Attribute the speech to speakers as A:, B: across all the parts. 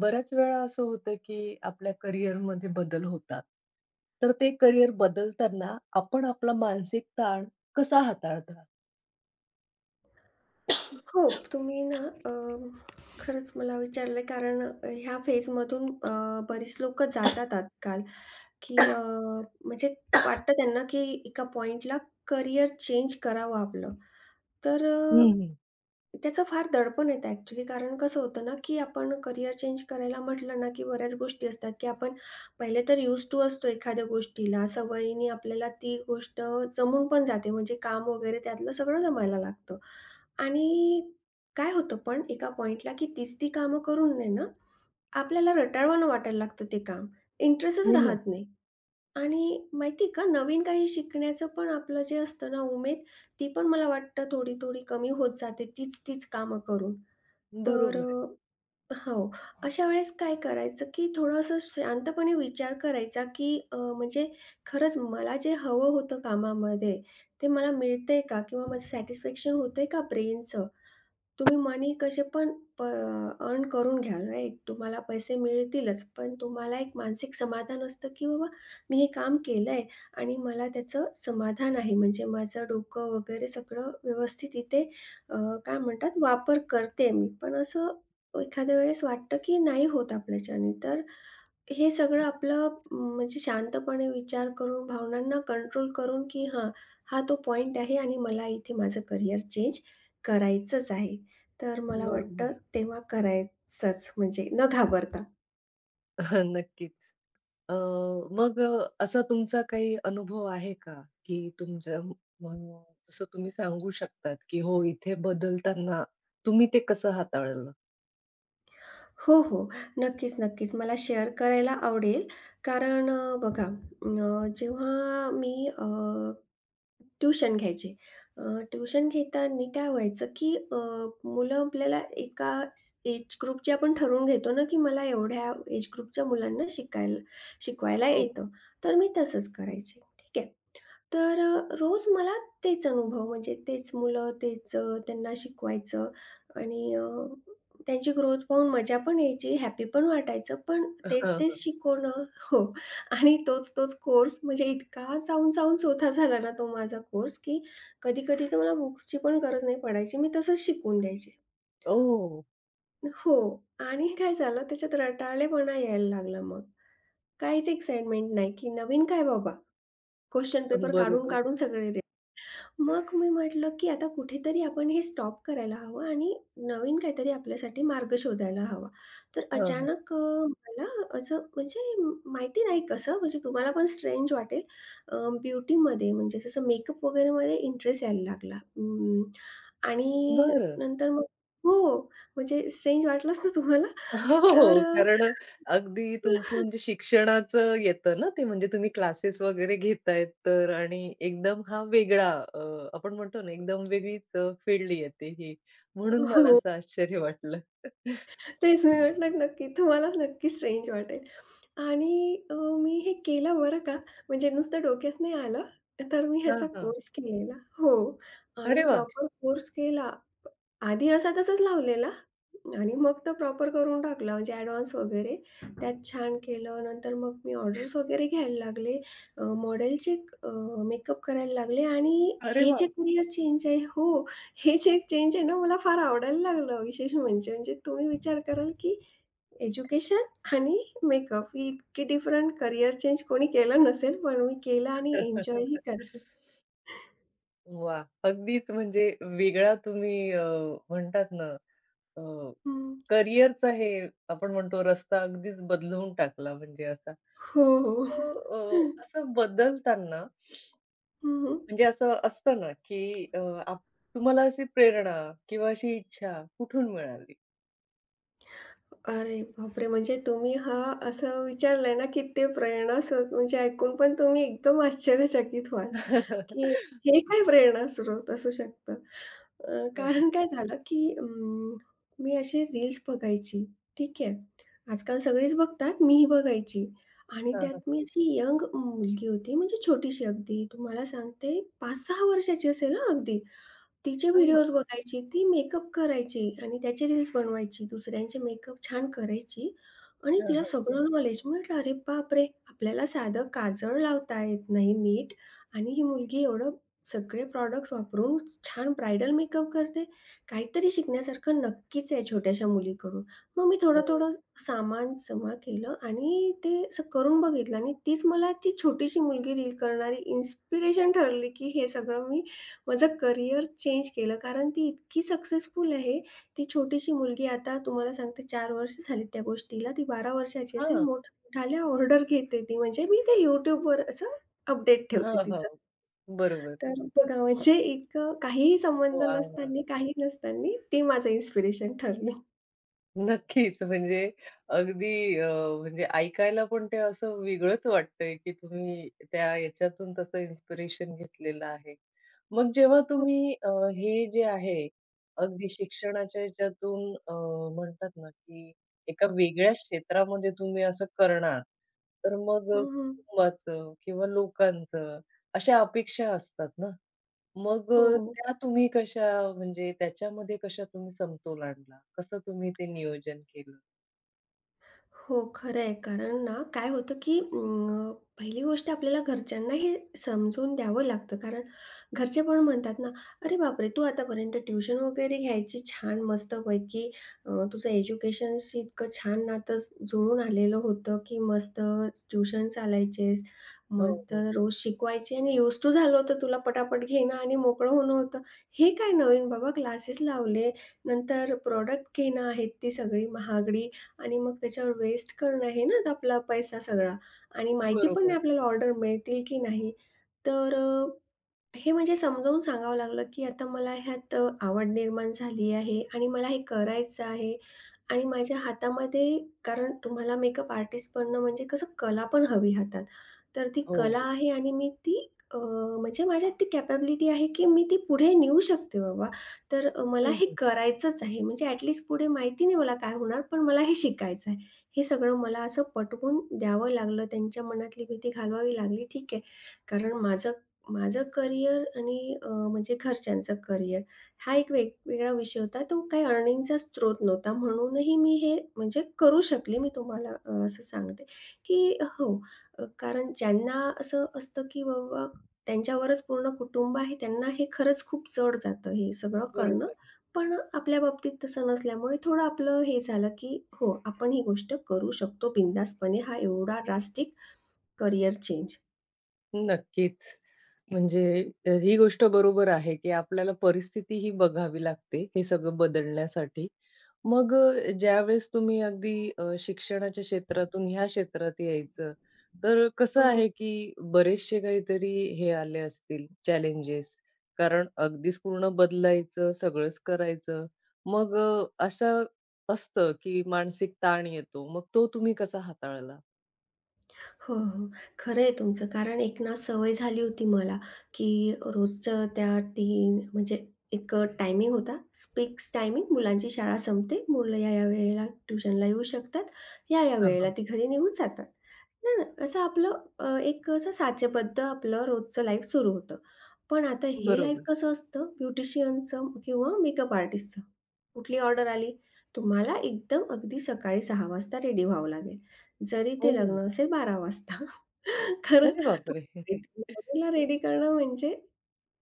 A: बऱ्याच वेळा असं होतं, की आपल्या करिअरमध्ये बदल होतात. तर ते करिअर बदलताना आपण आपला मानसिक ताण कसा हाताळता?
B: हो, तुम्ही ना अ, खरंच मला विचारलं कारण ह्या फेजमधून बरीच लोकं जातात आजकाल. की म्हणजे वाटतं त्यांना की एका पॉइंटला करियर चेंज करावं आपलं. तर
A: हं, हं.
B: त्याचं फार दडपण येतं ॲक्चुअली कारण कसं होतं ना, की आपण करियर चेंज करायला म्हटलं ना, की बऱ्याच गोष्टी असतात, की आपण पहिले तर यूज्ड टू असतो एखाद्या गोष्टीला. सवयीने आपल्याला ती गोष्ट जमून पण जाते म्हणजे काम वगैरे त्यातलं सगळं जमायला लागतं. आणि काय होतं पण एका पॉइंटला की तीच ती कामं करून आहे ना, आपल्याला रटाळवाणं वाटायला लागतं ते काम. इंटरेस्टच
A: हो ना.
B: राहत नाही. आणि माहिती आहे का, नवीन काही शिकण्याचं पण आपलं जे असतं ना उमेद, ती पण मला वाटतं थोडी-थोडी कमी होत जाते तीच-तीच कामं करून. तर
A: बरोबर आहे.
B: हो, अशा वेळेस काय करायचं, की थोडंसं शांतपणे विचार करायचा, की म्हणजे खरंच मला जे हवं होतं कामामध्ये, ते मला मिळतंय का? किंवा माझं सॅटिस्फॅक्शन होतंय का ब्रेनचं? तुम्ही मनी कसे पण प अर्न करून घ्याल राइट. तुम्हाला पैसे मिळतीलच, पण तुम्हाला एक मानसिक समाधान असतं, की बाबा मी हे काम केलंय आणि मला त्याचं समाधान आहे. म्हणजे माझं डोकं वगैरे सगळं व्यवस्थित इथे अ, काय म्हणतात वापर करते मी. पण असं एखाद्या वेळेस वाटतं, की नाही होत आपल्याच्याने. तर हे सगळं आपलं म्हणजे शांतपणे विचार करून, भावनांना कंट्रोल करून, की हां, हा तो पॉइंट आहे आणि मला इथे माझं करियर चेंज करायचंच आहे. तर मला वाटतं
A: बरोबर.
B: तेव्हा करायचंच म्हणजे न घाबरता.
A: नक्कीच. अ, मग असा तुमचा काही अनुभव आहे का? की तुमच्या जसं तुम्ही सांगू शकतात, की हो इथे बदलताना तुम्ही ते कसं हाताळलं?
B: हो, हो. नक्कीच, नक्कीच. मला शेअर करायला आवडेल कारण बघा जेव्हा मी ट्यूशन घ्यायचे. अ, ट्यूशन घेताना काय व्हायचं, की मुलं आपल्याला एका एज ग्रुपची आपण ठरवून घेतो ना, की मला एवढ्या एज ग्रुपच्या मुलांना शिकायला शिकवायला
A: हो.
B: येतं. तर मी तसंच करायचे. ठीक आहे. तर रोज मला तेच अनुभव म्हणजे तेच मुलं, तेच त्यांना शिकवायचं आणि त्यांची ग्रोथ पाहून मजा पण यायची, हॅपी पण वाटायचं. पण
A: हां,
B: तेच-तेच
A: हां.
B: शिकवणं हो आणि तोच-तोच कोर्स म्हणजे इतका चावून-चावून चोथा झाला ना तो माझा कोर्स, की कधी-कधी तर मला बुक्सची पण गरज नाही पडायची. मी तसंच शिकवून द्यायचे.
A: ओह!
B: हो आणि काय झालं त्याच्यात रटाळेपणा यायला लागला मग. काहीच एक्साइटमेंट नाही, की नवीन काय बाबा? क्वेशन पेपर
A: बरोबर.
B: काढून-काढून सगळे मग मी म्हटलं, की आता कुठेतरी आपण हे स्टॉप करायला हवं आणि नवीन काहीतरी आपल्यासाठी मार्ग शोधायला हवा. तर
A: हां, हां.
B: अचानक मला असं म्हणजे माहिती नाही कसं म्हणजे तुम्हाला पण स्ट्रेंज वाटेल अ, ब्युटीमध्ये म्हणजे जसं मेकअप वगैरेमध्ये इंटरेस्ट यायला लागला. आणि
A: बरं.
B: नंतर मग हो, म्हणजे स्ट्रेंज वाटलंच ना तुम्हाला?
A: हो,
B: तर
A: हो. कारण अगदी
B: अ
A: तुमचं म्हणजे शिक्षणाचं येतं ना ते म्हणजे तुम्ही क्लासेस वगैरे घेतायत तर आणि एकदम हा वेगळा आपण म्हणतो ना एकदम वेगळीच फील्ड येते ही. म्हणून मला
B: हो.
A: असं आश्चर्य वाटलं.
B: तेच मी म्हटलं नक्की तुम्हाला नक्की स्ट्रेंज वाटेल. आणि मी हे केलं बरं का, म्हणजे नुसतं डोक्यात नाही आलं, तर मी
A: हां,
B: ह्याचा
A: हां.
B: कोर्स केलेला हो. आणि
A: अरे वाह!
B: प्रॉपर कोर्स केला आधी असा तसाच लावलेला आणि मग तो प्रॉपर करून टाकला म्हणजे ॲडव्हान्स वगैरे. त्यात छान केलं. नंतर मग मी ऑर्डर्स वगैरे घ्यायला लागले. मॉडेलचे अ, मेकअप करायला लागले आणि
A: अरे
B: हे जे
A: वाह!
B: करियर चेंज आहे हो, हे जे चेंज आहे ना मला फार आवडायला लागलं विशेष म्हणजे. म्हणजे तुम्ही विचार कराल की एज्युकेशन आणि मेकअप ही इतकी डिफरंट करियर चेंज कोणी केलं नसेल, पण मी केलं
A: वाह!
B: आणि एन्जॉयही करते.
A: अगदीच म्हणजे वेगळा तुम्ही म्हणतात ना अ,
B: हं.
A: करिअरचा हे आपण म्हणतो रस्ता अगदीच बदलवून टाकला म्हणजे असा.
B: हो, हो.
A: असं बदलताना
B: हं, हं.
A: म्हणजे असं असतं ना, की आप तुम्हाला अशी प्रेरणा किंवा अशी इच्छा कुठून मिळाली?
B: अरे बापरे! म्हणजे तुम्ही हा असं विचारलंय ना, की ते प्रेरणास्रोत म्हणजे ऐकून पण तुम्ही एकदम आश्चर्यचकित व्हाल, की हे काय प्रेरणास्रोत असू शकतं.
A: हं, हं.
B: कारण काय झालं, की मी असे रील्स बघायची. ठीक आहे. आजकाल सगळेच बघतात, मीही बघायची आणि त्यात
A: हां,
B: मी अशी यंग मुलगी होती, म्हणजे छोटीशी अगदी तुम्हाला सांगते 5-6 वर्षाची असेल हां, अगदी. तिचे
A: हां.
B: व्हिडिओज बघायची, ती मेकअप करायची आणि त्याचे रील्स बनवायची, दुसऱ्यांचे मेकअप छान करायची आणि तिला
A: हां,
B: सगळं नॉलेज. मी म्हटलं, "अरे बापरे! आपल्याला साधं काजळ लावता येत नाही नीट आणि ही मुलगी एवढं सगळे प्रॉडक्ट्स वापरून छान ब्रायडल मेकअप करते. काहीतरी शिकण्यासारखं नक्कीच आहे छोट्याशा मुलीकडून." मग मी
A: हो.
B: थोडं-थोडं सामान जमा केलं आणि ते असं करून बघितलं आणि तीच मला ती छोटीशी मुलगी रील करणारी इन्स्पिरेशन ठरली, की हे सगळं मी माझं करियर चेंज केलं कारण ती इतकी सक्सेसफुल आहे. ती छोटीशी मुलगी आता तुम्हाला सांगते 4 वर्ष झालीत त्या गोष्टीला. ती 12 वर्षाची असेल,
A: हां.
B: मोठ्या ऑर्डर घेते ती. म्हणजे मी ते YouTubeवर असं अपडेट
A: हां,
B: ठेवते
A: हां.
B: तिचं.
A: बरोबर.
B: तर बघा म्हणजे इतकं काहीही संबंध
A: वाह!
B: नसताना, काही नसताना ती माझं इन्स्पिरेशन ठरली.
A: नक्कीच. म्हणजे अगदी म्हणजे ऐकायला पण ते असं वेगळंच वाटतंय, की तुम्ही त्या याच्यातून तसं इन्स्पिरेशन घेतलेलं आहे. मग जेव्हा
B: हं,
A: तुम्ही हे जे आहे, अगदी शिक्षणाच्या ह्याच्यातून म्हणतात ना, की एका वेगळ्या क्षेत्रामध्ये तुम्ही असं करणार, तर मग
B: हं, हं.
A: कुटुंबाचं किंवा लोकांचं अशा अपेक्षा असतात ना. मग
B: हो.
A: त्या तुम्ही कशा म्हणजे त्याच्यामध्ये कशा तुम्ही समतोल आणला? कसं तुम्ही ते नियोजन केलं?
B: हो, खरं आहे. कारण ना काय होतं, की पहिली गोष्ट आपल्याला घरच्यांना हे समजून द्यावं लागतं. कारण घरचे पण म्हणतात ना, "अरे बापरे! तू आतापर्यंत ट्युशन वगैरे घ्यायची छान मस्तपैकी तुझं एज्युकेशनशी इतकं छान नातं जुळून आलेलं होतं, की मस्त ट्युशन चालायचेस,
A: हो,
B: मस्त
A: हो.
B: रोज शिकवायचे आणि यूज टू झालं होतं तुला पटापट घेणं आणि मोकळं होणं होतं. हे काय नवीन बाबा क्लासेस लावले, नंतर प्रॉडक्ट घेणं आहेत ती सगळी महागडी आणि मग त्याच्यावर वेस्ट करणं हे ना आपला पैसा सगळा आणि माहिती पण
A: बरोबर.
B: नाही आपल्याला ऑर्डर मिळतील की नाही. तर हे म्हणजे समजावून सांगावं लागलं, की आता मला ह्यात आवड निर्माण झाली आहे आणि मला हे करायचं आहे आणि माझ्या हातामध्ये कारण तुम्हाला मेकअप आर्टिस्ट बनणं म्हणजे कसं कला पण हवी हातात. तर ती
A: हो,
B: कला
A: हो.
B: आहे आणि मी ती म्हणजे माझ्यात ती कॅपॅबिलिटी आहे, की मी ती पुढे नेऊ शकते बाबा. तर मला
A: हं,
B: हे
A: हं.
B: करायचंच आहे. म्हणजे ॲट पुढे माहिती नाही मला काय होणार, पण मला हे शिकायचं आहे. हे सगळं मला असं पटवून द्यावं लागलं. त्यांच्या मनातली भीती घालवावी लागली, ठीक आहे. कारण माझं माझं करियर आणि म्हणजे घरच्यांचं करियर हा एक वेगवेगळा विषय होता. तो काही अर्निंगचा स्रोत नव्हता. म्हणूनही मी हे म्हणजे करू शकले. मी तुम्हाला असं सांगते, की हो. कारण ज्यांना असं असतं, की बाबा त्यांच्यावरच पूर्ण कुटुंब आहे, त्यांना हे खरंच खूप जड जातं हे सगळं करणं.
A: बरोबर.
B: पण आपल्या बाबतीत तसं नसल्यामुळे थोडं आपलं हे झालं, की हो, आपण ही गोष्ट करू शकतो बिनधास्तपणे. हा एवढा ड्रास्टिक करियर चेंज.
A: नक्कीच. म्हणजे ही गोष्ट बरोबर आहे, की आपल्याला परिस्थिती ही बघावी लागते, हे सगळं बदलण्यासाठी. मग ज्यावेळेस तुम्ही अगदी शिक्षणाच्या क्षेत्रातून ह्या क्षेत्रात यायचं, तर कसं आहे, की बरेचसे काहीतरी हे आले असतील चॅलेंजेस. कारण अगदीच पूर्ण बदलायचं, सगळंच करायचं. मग असं असतं, की मानसिक ताण येतो. मग तो तुम्ही कसा हाताळला?
B: हो, हो. खरं आहे तुमचं. कारण एक ना सवय झाली होती मला, की रोजच्या त्या 3 म्हणजे एक टायमिंग होता, फिक्स टायमिंग. मुलांची शाळा संपते, मुलं या-या वेळेला ट्युशनला येऊ शकतात, या-या
A: हां,
B: वेळेला
A: हां.
B: ती घरी निघून जातात. ना, ना, असं आपलं एक असं साचेबद्ध आपलं रोजचं लाईफ सुरू होतं. पण आता हे लाईफ
A: बरोबर.
B: कसं असतं ब्युटिशियनचं किंवा मेकअप आर्टिस्टचं. कुठली ऑर्डर आली, तुम्हाला एकदम अगदी सकाळी 6:00 वाजता रेडी व्हावं लागेल. जरी ते
A: हो.
B: लग्न असेल 12 वाजता. कारण
A: अरे बापरे!
B: नवरीला रेडी करणं म्हणजे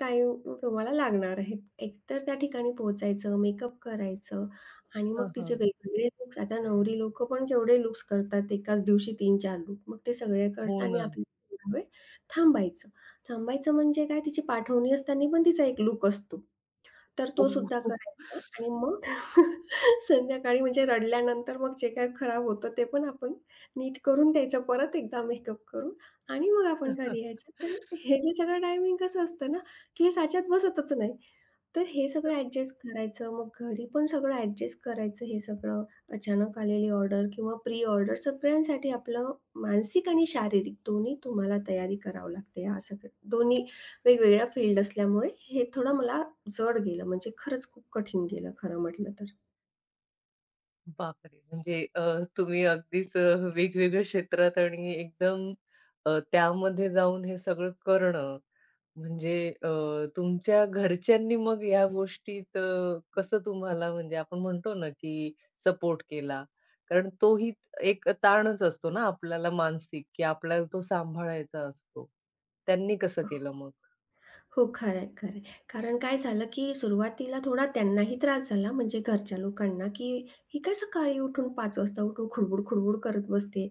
B: टाईम तुम्हाला लागणार आहे. एकतर त्या ठिकाणी पोहोचायचं, मेकअप करायचं आणि
A: हां,
B: मग तिचे
A: हां.
B: वेगवेगळे लुक्स आता नवरी लोकं पण केवढे लुक्स करतात एकाच दिवशी 3 4 लुक मग ते सगळे
A: हो
B: करताना
A: ना.
B: आपल्याला थोडा वेळ थांबायचं. थांबायचं म्हणजे काय तिची पाठवणी असताना पण तिचा एक लूक असतो. तर तो
A: हो,
B: सुद्धा
A: खूप,
B: करायचा आणि मग संध्याकाळी म्हणजे रडल्यानंतर मग जे काही खराब होतं ते पण आपण नीट करून द्यायचं परत एकदा मेकअप करून आणि मग आपण
A: हो.
B: घरी यायचं. तर हे जे सगळं टायमिंग कसं असतं ना केस ह्याच्यात बसतच नाही. तर हे सगळं ॲडजस्ट करायचं, मग घरी पण सगळं ॲडजस्ट करायचं हे सगळं. अचानक आलेली ऑर्डर किंवा प्री ऑर्डर सगळ्यांसाठी आपलं मानसिक आणि शारीरिक दोन्ही तुम्हाला तयारी करावी लागते या सगळ्या दोन्ही वेगवेगळ्या फील्ड असल्यामुळे हे थोडं मला जड गेलं म्हणजे खरंच खूप कठीण गेलं खरं म्हटलं तर.
A: बापरे! म्हणजे तुम्ही अगदीच वेगवेगळ्या क्षेत्रात आणि एकदम त्यामध्ये जाऊन हे सगळं करणं म्हणजे तुमच्या घरच्यांनी मग या गोष्टीत कसं तुम्हाला म्हणजे आपण म्हणतो ना, की सपोर्ट केला? कारण तोही एक ताणच असतो ना आपल्याला मानसिक, की आपल्याला तो सांभाळायचा असतो. त्यांनी कसं केलं मग?
B: हो, खरं आहे, खरं आहे. कारण काय झालं, की सुरुवातीला थोडा त्यांनाही त्रास झाला म्हणजे घरच्या लोकांना, की "ही काय सकाळी उठून 5 वाजता उठून खुडबुड-खुडबुड करत बसते.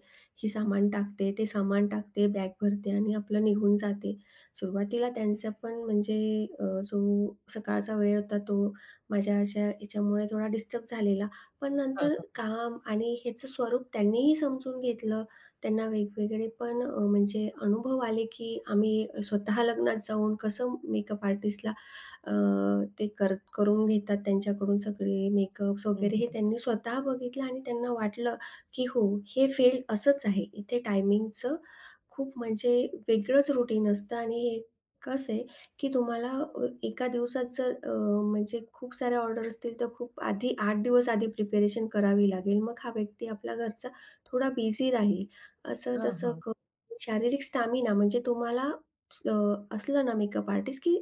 B: ही सामान टाकते, ते सामान टाकते, बॅग भरते आणि आपलं निघून जाते." सुरुवातीला त्यांचा पण म्हणजे अ, जो सकाळचा वेळ होता तो माझ्या अशा याच्यामुळे थोडा डिस्टर्ब झालेला. पण
A: हां,
B: नंतर
A: हां.
B: काम आणि ह्याचं स्वरूप त्यांनीही समजून घेतलं. त्यांना वेगवेगळे पण म्हणजे अनुभव आले, की आम्ही स्वतः लग्नात जाऊन कसं मेकअप आर्टिस्टला अ, ते कर करून घेतात त्यांच्याकडून सगळे मेकअप्स
A: हं,
B: वगैरे हे
A: हं.
B: त्यांनी स्वतः बघितलं आणि त्यांना वाटलं, की हो, हे फील्ड असंच आहे. इथे टायमिंगचं खूप म्हणजे वेगळंच रूटीन असतं आणि हे कसं आहे, की तुम्हाला एका दिवसात जर म्हणजे खूप साऱ्या ऑर्डर असतील, तर खूप आधी 8 दिवस आधी प्रिपरेशन करावी लागेल. मग हा व्यक्ती आपला घरचा थोडा बिझी राहील.
A: हां,
B: असं-तसं
A: हां.
B: करून शारीरिक स्टॅमिना म्हणजे तुम्हाला स असलं ना मेकअप आर्टिस्ट, की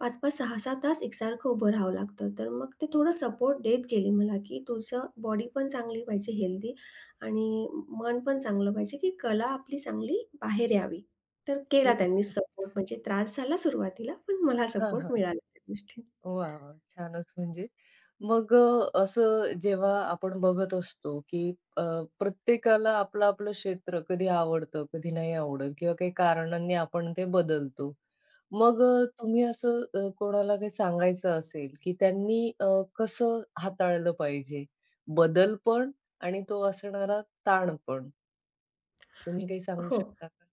B: 5-5, 6-6 तास एकसारखं उभं राहावं लागतं. तर मग ते थोडं सपोर्ट देत गेले मला, की तुझं बॉडी पण चांगली पाहिजे हेल्दी आणि मन पण चांगलं पाहिजे, की कला आपली चांगली बाहेर यावी. तर केला त्यांनी सपोर्ट म्हणजे त्रास झाला सुरुवातीला, पण मला
A: हां,
B: सपोर्ट
A: हां.
B: मिळाला त्या गोष्टीत.
A: वाह! वाह! छानच म्हणजे. मग असं जेव्हा आपण बघत असतो, की अ, प्रत्येकाला आपलं-आपलं क्षेत्र कधी आवडतं, कधी नाही आवडत किंवा काही कारणांनी आपण ते बदलतो. मग तुम्ही असं कोणाला काही सांगायचं असेल, की त्यांनी कसं हाताळलं पाहिजे? बदल पण आणि तो असणारा ताण पण. तुम्ही काही सांगू
B: हो.
A: शकता का?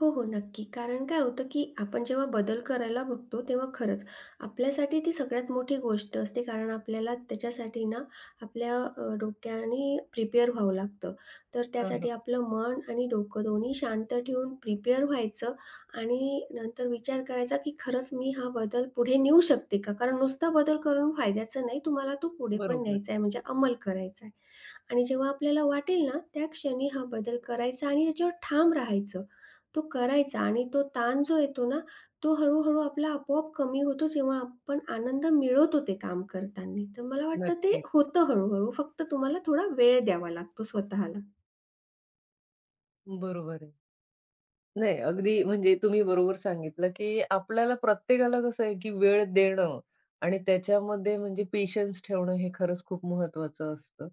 B: हो, हो. नक्की. कारण काय होतं, की आपण जेव्हा बदल करायला बघतो, तेव्हा खरंच आपल्यासाठी ती सगळ्यात मोठी गोष्ट असते. कारण आपल्याला त्याच्यासाठी ना आपल्या डोक्याने प्रिपेअर व्हावं लागतं. तर
A: हां,
B: त्यासाठी
A: हां.
B: आपलं मन आणि डोकं दोन्ही शांत ठेवून प्रिपेअर व्हायचं आणि नंतर विचार करायचा, की खरंच मी हा बदल पुढे नेऊ शकते का? कारण नुसता बदल करून फायद्याचा नाही, तुम्हाला तो पुढे पण
A: बरोबर.
B: न्यायचा आहे, म्हणजे अंमल करायचा आहे. आणि जेव्हा आपल्याला वाटेल ना, त्या क्षणी हा बदल करायचा आणि त्याच्यावर ठाम राहायचं. तो करायचा आणि तो ताण जो येतो ना, तो हळू-हळू आपला आपोआप कमी होतो जेव्हा आपण आनंद मिळवतो ते काम करताना. तर मला वाटतं ते
A: नक्कीच.
B: होतं हळू-हळू. फक्त तुम्हाला थोडा वेळ द्यावा लागतो स्वतःला.
A: बरोबर आहे. नाही, अगदी म्हणजे तुम्ही बरोबर सांगितलं, की आपल्याला प्रत्येकाला कसं आहे, की वेळ देणं आणि त्याच्यामध्ये म्हणजे पेशन्स ठेवणं हे खरंच खूप महत्त्वाचं असतं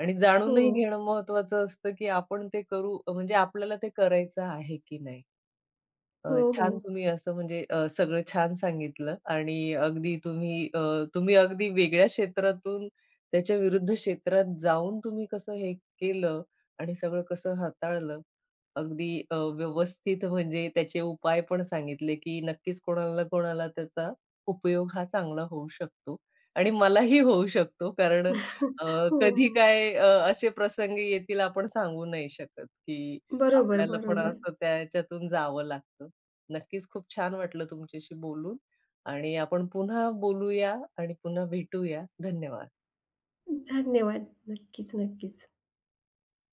A: आणि
B: हो.
A: जाणूनही घेणं महत्त्वाचं असतं, की आपण ते करू म्हणजे आपल्याला ते करायचं आहे की नाही. अ,
B: हो, हो.
A: छान तुम्ही असं म्हणजे सगळं छान सांगितलं आणि अगदी तुम्ही तुम्ही अगदी वेगळ्या क्षेत्रातून त्याच्या विरुद्ध क्षेत्रात जाऊन तुम्ही कसं हे केलं आणि सगळं कसं हाताळलं. अगदी व्यवस्थित म्हणजे त्याचे उपाय पण सांगितले, की नक्कीच कोणाला कोणाला त्याचा उपयोग हा चांगला होऊ शकतो आणि मलाही होऊ शकतो. कारण अ,
B: हो,
A: कधी
B: हो.
A: काय असे प्रसंग येतील आपण सांगू नाही शकत, की
B: बरोबर,
A: आपल्याला पण
B: बरोबर.
A: असं त्याच्यातून जावं लागतं. नक्कीच खूप छान वाटलं तुमच्याशी बोलून आणि आपण पुन्हा बोलूया आणि पुन्हा भेटूया. धन्यवाद.
B: धन्यवाद. नक्कीच, नक्कीच.